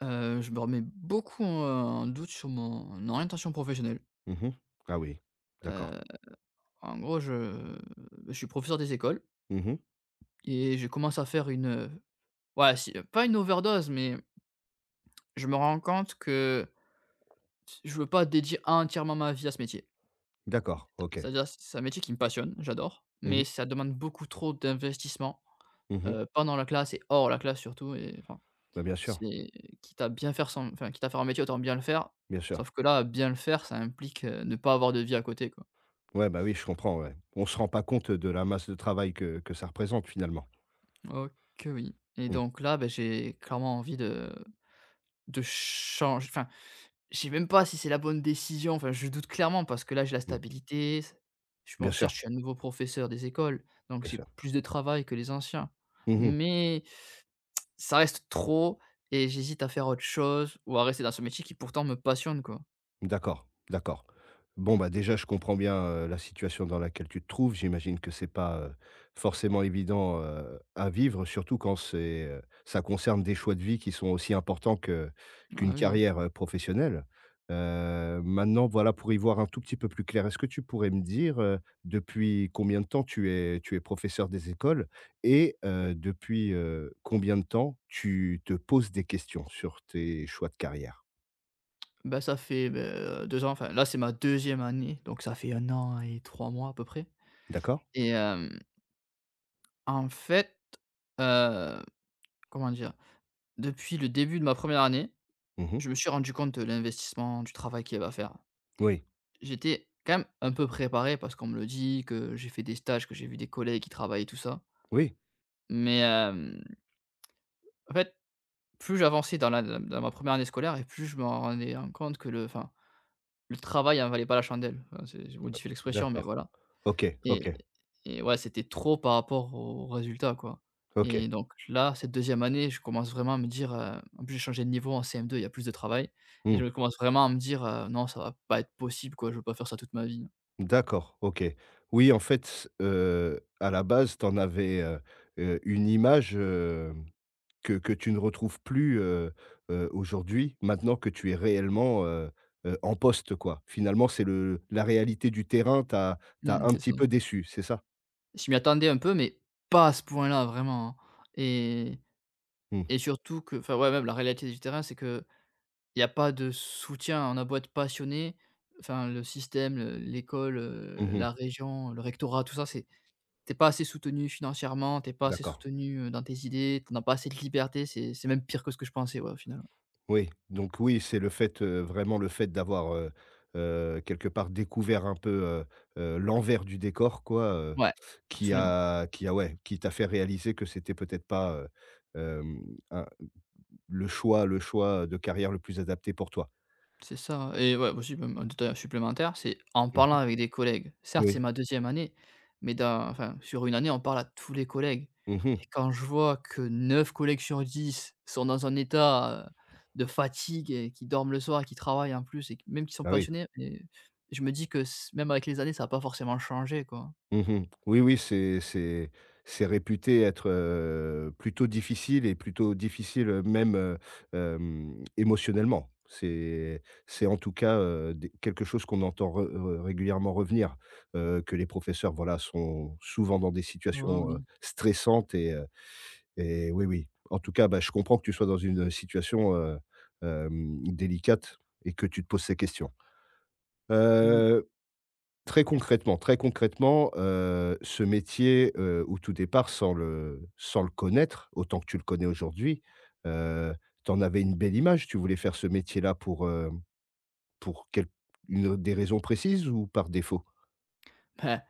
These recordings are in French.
Je me remets beaucoup en doute sur mon orientation professionnelle. Mmh mh. Ah oui, d'accord. Heu, En gros, je suis professeur des écoles Mmh mh. et je commence à faire une, ouais, si pas une overdose, mais je me rends compte que je veux pas dédier entièrement ma vie à ce métier. D'accord, OK. C'est-à-dire, c'est un métier qui me passionne, j'adore, Mmh mh. mais ça demande beaucoup trop d'investissement, Mmh mh. Pendant la classe et hors la classe surtout et enfin, Bah, bien sûr, c'est quitte à bien faire son enfin, quitte à faire un métier, autant bien le faire. bien sûr. Sauf que là, bien le faire, ça implique, ne pas avoir de vie à côté, quoi. Ouais, bah, oui, je comprends, ouais. On se rend pas compte de la masse de travail que ça représente finalement. Ok, oui, et Mmh, donc là, ben j'ai clairement envie de changer enfin, je sais même pas si c'est la bonne décision, enfin, je doute clairement parce que là, j'ai la mmh. stabilité, je Bien bon, sûr, certes, je suis un nouveau professeur des écoles, donc bien j'ai sûr. plus de travail que les anciens, Mmh mh. mais ça reste trop et j'hésite à faire autre chose ou à rester dans ce métier qui pourtant me passionne, quoi. D'accord, d'accord. Bon, bah, déjà, je comprends bien, la situation dans laquelle tu te trouves. J'imagine que c'est pas, forcément évident, à vivre, surtout quand c'est, ça concerne des choix de vie qui sont aussi importants que Ah qu'une oui. carrière, professionnelle. Maintenant, voilà, pour y voir un tout petit peu plus clair, est-ce que tu pourrais me dire, depuis combien de temps tu es professeur des écoles? Et depuis, combien de temps tu te poses des questions sur tes choix de carrière? Ben ça fait, beh, 2 ans, enfin, là, c'est ma deuxième année, donc ça fait un an et 3 mois à peu près D'accord? et en fait, heu comment dire? Depuis le début de ma première année, Mmh. je me suis rendu compte de l'investissement, du travail qu'il y avait à faire. Oui. J'étais quand même un peu préparé parce qu'on me le dit, que j'ai fait des stages, que j'ai vu des collègues qui travaillent et tout ça. Oui, Mais, en fait, plus j'avançais dans ma première année scolaire et plus je me rendais compte que le enfin, le travail en valait pas la chandelle. Enfin, c'est je modifie l'expression, mais d'accord. voilà. OK, Et OK, et ouais, c'était trop par rapport aux résultats, quoi. OK. Et donc là, cette deuxième année, je commence vraiment à me dire, en plus j'ai changé de niveau en CM2, il y a plus de travail et Mmh. je commence vraiment à me dire: «Non, ça va pas être possible, quoi, je veux pas faire ça toute ma vie». D'accord, OK. Oui, en fait, à la base, tu en avais, une image, que tu ne retrouves plus, aujourd'hui, maintenant que tu es réellement, en poste, quoi. Finalement, c'est le la réalité du terrain. T'as Mmh, un c'est petit ça. peu déçu, c'est ça? Je m'y attendais un peu, mais pas à ce point-là, vraiment, hein. Et Mmh. et surtout que enfin, ouais, même la réalité du terrain, c'est que il y a pas de soutien. On a beau être passionné, enfin le système, le l'école, Mmh. la région, le rectorat, tout ça, c'est t'es pas assez soutenu financièrement, t'es pas assez D'accord. soutenu, dans tes idées, t'en as pas assez de liberté, c'est même pire que ce que je pensais, ouais, au final. Ouais, Oui, donc oui, c'est le fait, vraiment le fait d'avoir, quelque part découvert un peu, l'envers du décor quoi, ouais, qui absolument. a qui a ouais, qui t'a fait réaliser que c'était peut-être pas, hem, un le choix de carrière le plus adapté pour toi. C'est ça et ouais, aussi même un détail supplémentaire, c'est en parlant Mmh. avec des collègues. Certes, c'est Oui. ma deuxième année, mais dans enfin, sur une année, on parle à tous les collègues Mmh. et quand je vois que 9 collègues sur 10 sont dans un état, de fatigue et qui dorment le soir et qui travaillent en plus et q même qui sont Ah oui. passionnés et je me dis que s même avec les années, ça a pas forcément changé, quoi. Mmh. Oui, oui, c'est réputé être, plutôt difficile et plutôt difficile, même, émotionnellement. C'est en tout cas, des quelque chose qu'on entend re re régulièrement revenir, que les professeurs, voilà, sont souvent dans des Oh situations, oui. stressantes et oui, oui. En tout cas, bah, je comprends que tu sois dans une, situation, délicate et que tu te poses ces questions. Mmh. Heu Très concrètement, très concrètement, ce métier, où tout départ sans le connaître autant que tu le connais aujourd'hui, heu, tu en avais une belle image? Tu voulais faire ce métier-là pour quel une des raisons précises ou par défaut?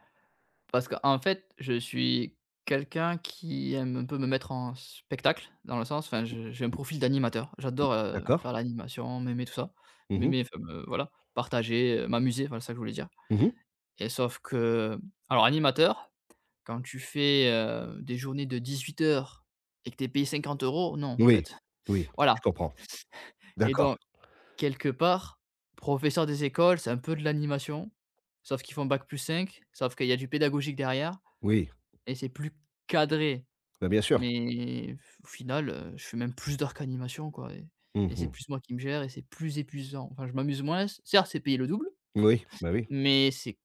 Parce qu'en fait, je suis quelqu'un qui aime un peu me mettre en spectacle, dans le sens enfin, je j'ai un profil d'animateur. Mmh, J'adore, faire d'accord. l'animation, m'aimer, tout ça. Mhm. M'aimer, enfin, me voilà, partager, m'amuser, voilà, c'est ça que je voulais dire Mhm. et sauf que alors animateur, quand tu fais, des journées de 18 heures et que t'es payé 50 € non, en Oui, fait. oui, je Voilà comprends. et D'accord. donc quelque part, professeur des écoles, c'est un peu de l'animation, sauf qu'ils font bac+5 sauf qu'il y a du pédagogique derrière Oui, et c'est plus cadré. bah, bien sûr. Mais au final, je fais même plus d'heures qu'animation, quoi et c'est Mhm. plus moi qui me gère et c'est plus épuisant. Enfin, je m'amuse moins, certes, c'est payé le double, Oui, bah, oui. mais c'est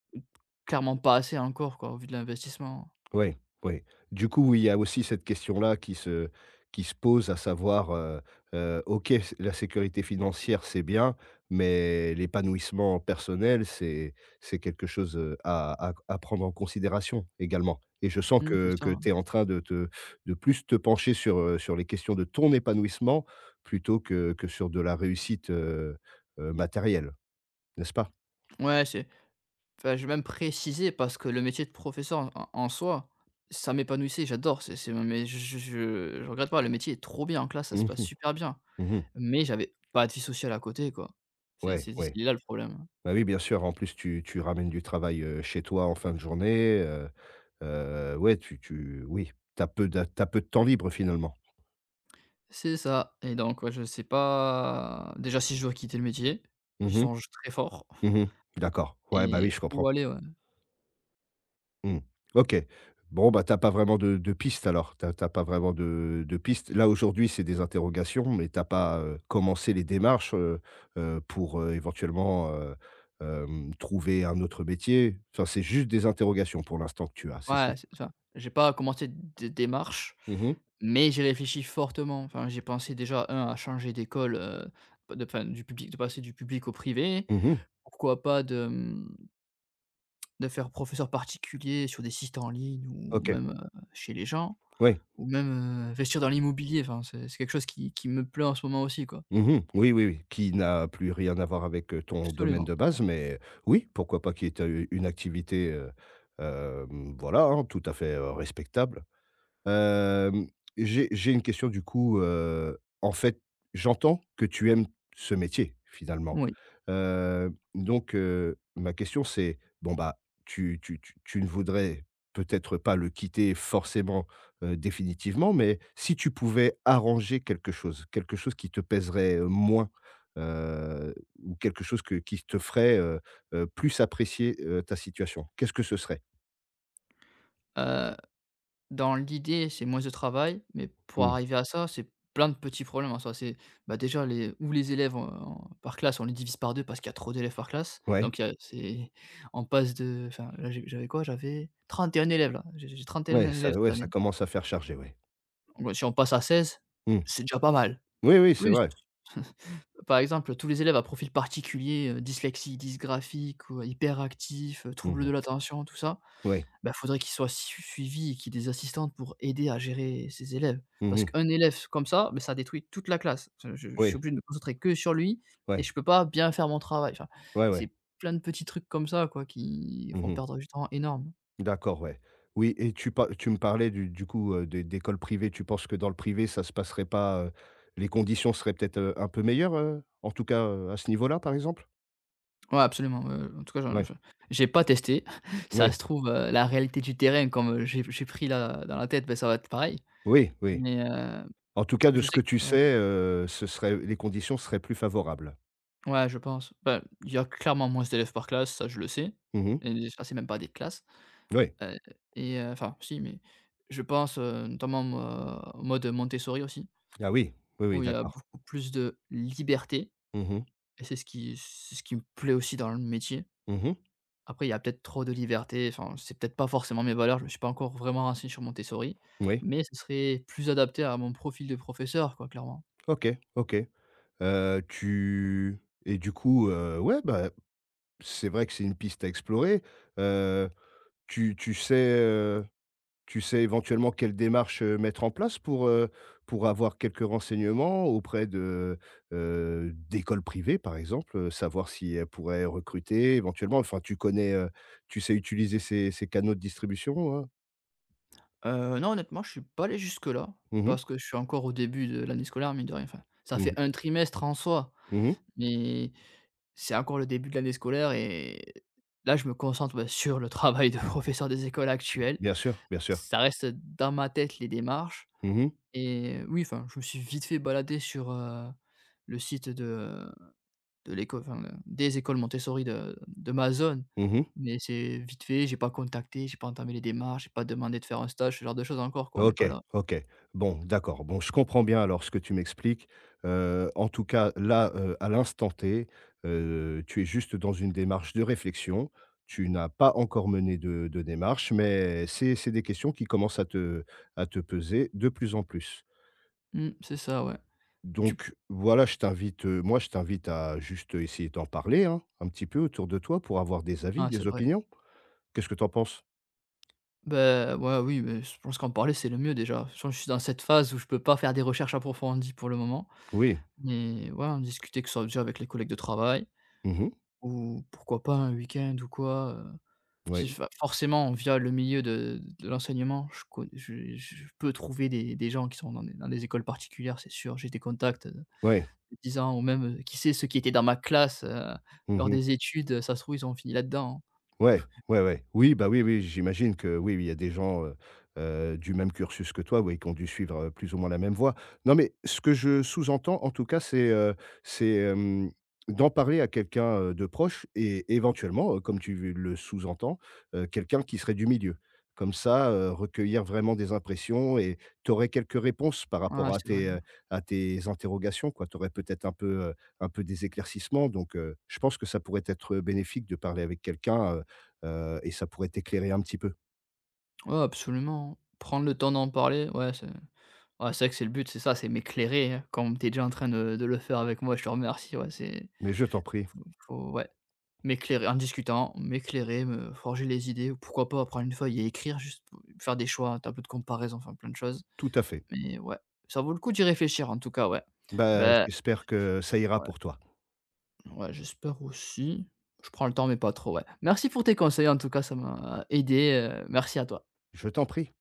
clairement pas assez encore, quoi, au vu de l'investissement. Oui, oui. Du coup, oui, il y a aussi cette question-là qui se pose, à savoir, OK, s la sécurité financière, c'est bien, mais l'épanouissement personnel, c'est quelque chose, à prendre en considération également et je sens Mmh, que c'est ça, que hein. tu es en train de plus te pencher sur les questions de ton épanouissement plutôt que sur de la réussite, matérielle, n'est-ce pas? Ouais, c'est enfin, je vais même préciser parce que le métier de professeur en soi, ça m'épanouissait, j'adore, c'est mais je regrette pas, le métier est trop bien en classe, ça se Mhm, passe mhm. super bien, Mmh mh. mais j'avais pas de vie sociale à côté, quoi. C'est Ouais, c'est c'est ouais. là le problème, hein. Bah oui, bien sûr. En plus, tu ramènes du travail, chez toi en fin de journée, ouais, tu tu oui, t'as peu de tu peu de temps libre, finalement. C'est ça et donc ouais, je sais pas déjà si je dois quitter le métier, j'y Mmh mh. songe très fort Mmh. D'accord. Ouais, bah oui, et je comprends. où aller, ouais. Mmh. OK. Bon, bah, t'as pas vraiment de piste, alors? T'as pas vraiment de piste? Là, aujourd'hui, c'est des interrogations, mais t'as pas, commencé les démarches, pour, éventuellement, trouver un autre métier? Enfin, c'est juste des interrogations pour l'instant que tu as, c'est ça? Ouais, c'est ça. J'ai pas commencé de démarche, Mmh mh. mais j'ai réfléchi fortement. Enfin, j'ai pensé déjà un à changer d'école, de enfin du public de passer du public au privé. Mmh. Pourquoi pas de faire professeur particulier sur des sites en ligne ou OK. même, chez les gens Oui. ou même, investir dans l'immobilier. Enfin, c'est quelque chose qui me plaît en ce moment aussi, quoi. Mmh. Oui, oui, oui, qui n'a plus rien à voir avec, ton domaine Absolument, de base, mais oui, pourquoi pas qui est, une activité, voilà, hein, tout à fait, respectable. Hem, j'ai une question du coup, en fait, j'entends que tu aimes ce métier finalement. oui. Donc ma question c'est, bon bah, tu ne voudrais peut-être pas le quitter forcément, définitivement, mais si tu pouvais arranger quelque chose qui te pèserait, moins, heu, ou quelque chose que qui te ferait, plus apprécier, ta situation, qu'est-ce que ce serait? Heu Dans l'idée, c'est moins de travail, mais pour Mmh. arriver à ça, c'est plein de petits problèmes en soi. C'est, bah, déjà les élèves en par classe, on les divise par 2 parce qu'il y a trop d'élèves par classe. Ouais, Donc il y a c'est on passe de enfin là j'avais quoi? J'avais 31 élèves là, j'ai 31 ouais, ça, élèves ouais, cette ça année. commence à faire charger, ouais. Donc si on passe à 16, Mmh. c'est déjà pas mal. Oui, oui, c'est Plus, vrai. par exemple, tous les élèves à profil particulier, dyslexie, dysgraphie ou hyperactifs, Mmh troubles de mh. l'attention, tout ça. Oui. Bah, faudrait qu'il soit su suivi et qu'il y ait des assistantes pour aider à gérer ses élèves. Mmh Parce mh. qu'un élève comme ça, beh, ça détruit toute la classe. Enfin, je Oui. suis obligé de me concentrer que sur lui et Ouais. je peux pas bien faire mon travail. Enfin, Ouais, ouais. c'est plein de petits trucs comme ça, quoi, qui Mmh font mh. perdre du temps énorme. D'accord, ouais. Oui, et tu me parlais du coup, d'écoles privées. Tu penses que dans le privé, ça se passerait pas, les conditions seraient peut-être, un peu meilleures, en tout cas, à ce niveau-là, par exemple? Ouais, absolument, en tout cas, Ouais. J'ai pas testé. Ça se Oui. trouve, la réalité du terrain comme, j'ai pris là dans la tête, ben ça va être pareil. Oui, oui. Mais, En tout cas, de je ce que sais tu que ouais. sais, ce serait les conditions seraient plus favorables? Ouais, je pense. Ben il y a clairement moins d'élèves par classe, ça je le sais Mmh mh. et ça, c'est même pas des classes. Oui. Heu et enfin si, mais je pense, notamment moi, en mode Montessori aussi, Ah oui. Oui, oui, où il y a d'accord. beaucoup plus de liberté Mmh mh. et c'est ce qui me plaît aussi dans le métier. Mmh mh. Après, il y a peut-être trop de liberté, enfin, c'est peut-être pas forcément mes valeurs, je me suis pas encore vraiment renseigné sur Montessori, Oui. mais ce serait plus adapté à mon profil de professeur quoi, clairement. OK, OK. Tu Et du coup, ouais, bah, c'est vrai que c'est une piste à explorer. Heu, tu tu sais, heu, Tu sais éventuellement quelle démarche, mettre en place pour avoir quelques renseignements auprès d'écoles privées, par exemple, savoir si elles pourraient recruter éventuellement. Enfin, tu sais utiliser ces canaux de distribution, hein? Non, honnêtement, je suis pas allé jusque-là, Mmh mh. parce que je suis encore au début de l'année scolaire, mine de rien, enfin, ça fait Mmh. un trimestre en soi. Mmh. Mais c'est encore le début de l'année scolaire et là, je me concentre, bah, sur le travail de professeur des écoles actuelles. Bien sûr, bien sûr. Ça reste dans ma tête les démarches Mmh mh. et oui, enfin, je me suis vite fait balader sur, le site de l'école, enfin, le des écoles Montessori de ma zone. Mmh. Mais c'est vite fait, j'ai pas contacté, j'ai pas entamé les démarches, j'ai pas demandé de faire un stage, ce genre de choses encore quoi, on n'est OK, pas là. OK. Bon, d'accord. Bon, je comprends bien alors ce que tu m'expliques. En tout cas, là, à l'instant T, tu es juste dans une démarche de réflexion. Tu n'as pas encore mené de démarche, mais c'est des questions qui commencent à te peser de plus en plus. Mmh, c'est ça, ouais. Tu Donc voilà, moi, je t'invite à juste essayer d'en parler, hein, un petit peu autour de toi pour avoir des avis, ouais, c'est des vrai. opinions. Qu'est-ce que tu en penses? Bah, ouais, oui, mais je pense qu'en parler, c'est le mieux déjà. Je pense que je suis dans cette phase où je peux pas faire des recherches approfondies pour le moment. Oui. Mais ouais, en discuter que ce soit déjà avec les collègues de travail Mmh. ou pourquoi pas un week-end ou quoi. Si Oui. je forcément via le milieu de l'enseignement, je con je peux trouver des gens qui sont dans des écoles particulières, c'est sûr. J'ai des contacts, Oui. de 10 ans ou même, qui sait, ceux qui étaient dans ma classe, lors Mmh. des études, ça se trouve, ils ont fini là-dedans, Ouais, ouais, ouais. Oui, bah, oui, oui, j'imagine que oui, oui, il y a des gens, du même cursus que toi, oui, qui ont dû suivre, plus ou moins la même voie. Non, mais ce que je sous-entends, en tout cas, c'est d'en parler à quelqu'un, de proche et éventuellement, comme tu le sous-entends, quelqu'un qui serait du milieu. Comme ça, recueillir vraiment des impressions et tu aurais quelques réponses par hein. Ouais, rapport c'est vrai. À tes interrogations, quoi. Tu aurais peut-être un peu des éclaircissements donc je pense que ça pourrait être bénéfique de parler avec quelqu'un, et ça pourrait t'éclairer un petit peu. Ouais, absolument. Prendre le temps d'en parler, ouais, c'est ouais, c'est vrai que c'est le but, c'est ça, c'est m'éclairer, hein, comme tu es déjà en train de le faire avec moi, je te remercie, ouais, c'est Mais je t'en prie, faut faut ouais, m'éclairer en discutant, m'éclairer, me forger les idées ou pourquoi pas prendre une feuille et écrire juste pour faire des choix, un tableau de comparaison, enfin plein de choses. tout à fait. Mais ouais, ça vaut le coup d'y réfléchir en tout cas, ouais. Bah, Ben j'espère que ça ira ouais, pour toi. ouais, j'espère aussi. Je prends le temps mais pas trop, ouais. Merci pour tes conseils en tout cas, ça m'a aidé, merci à toi. Je t'en prie.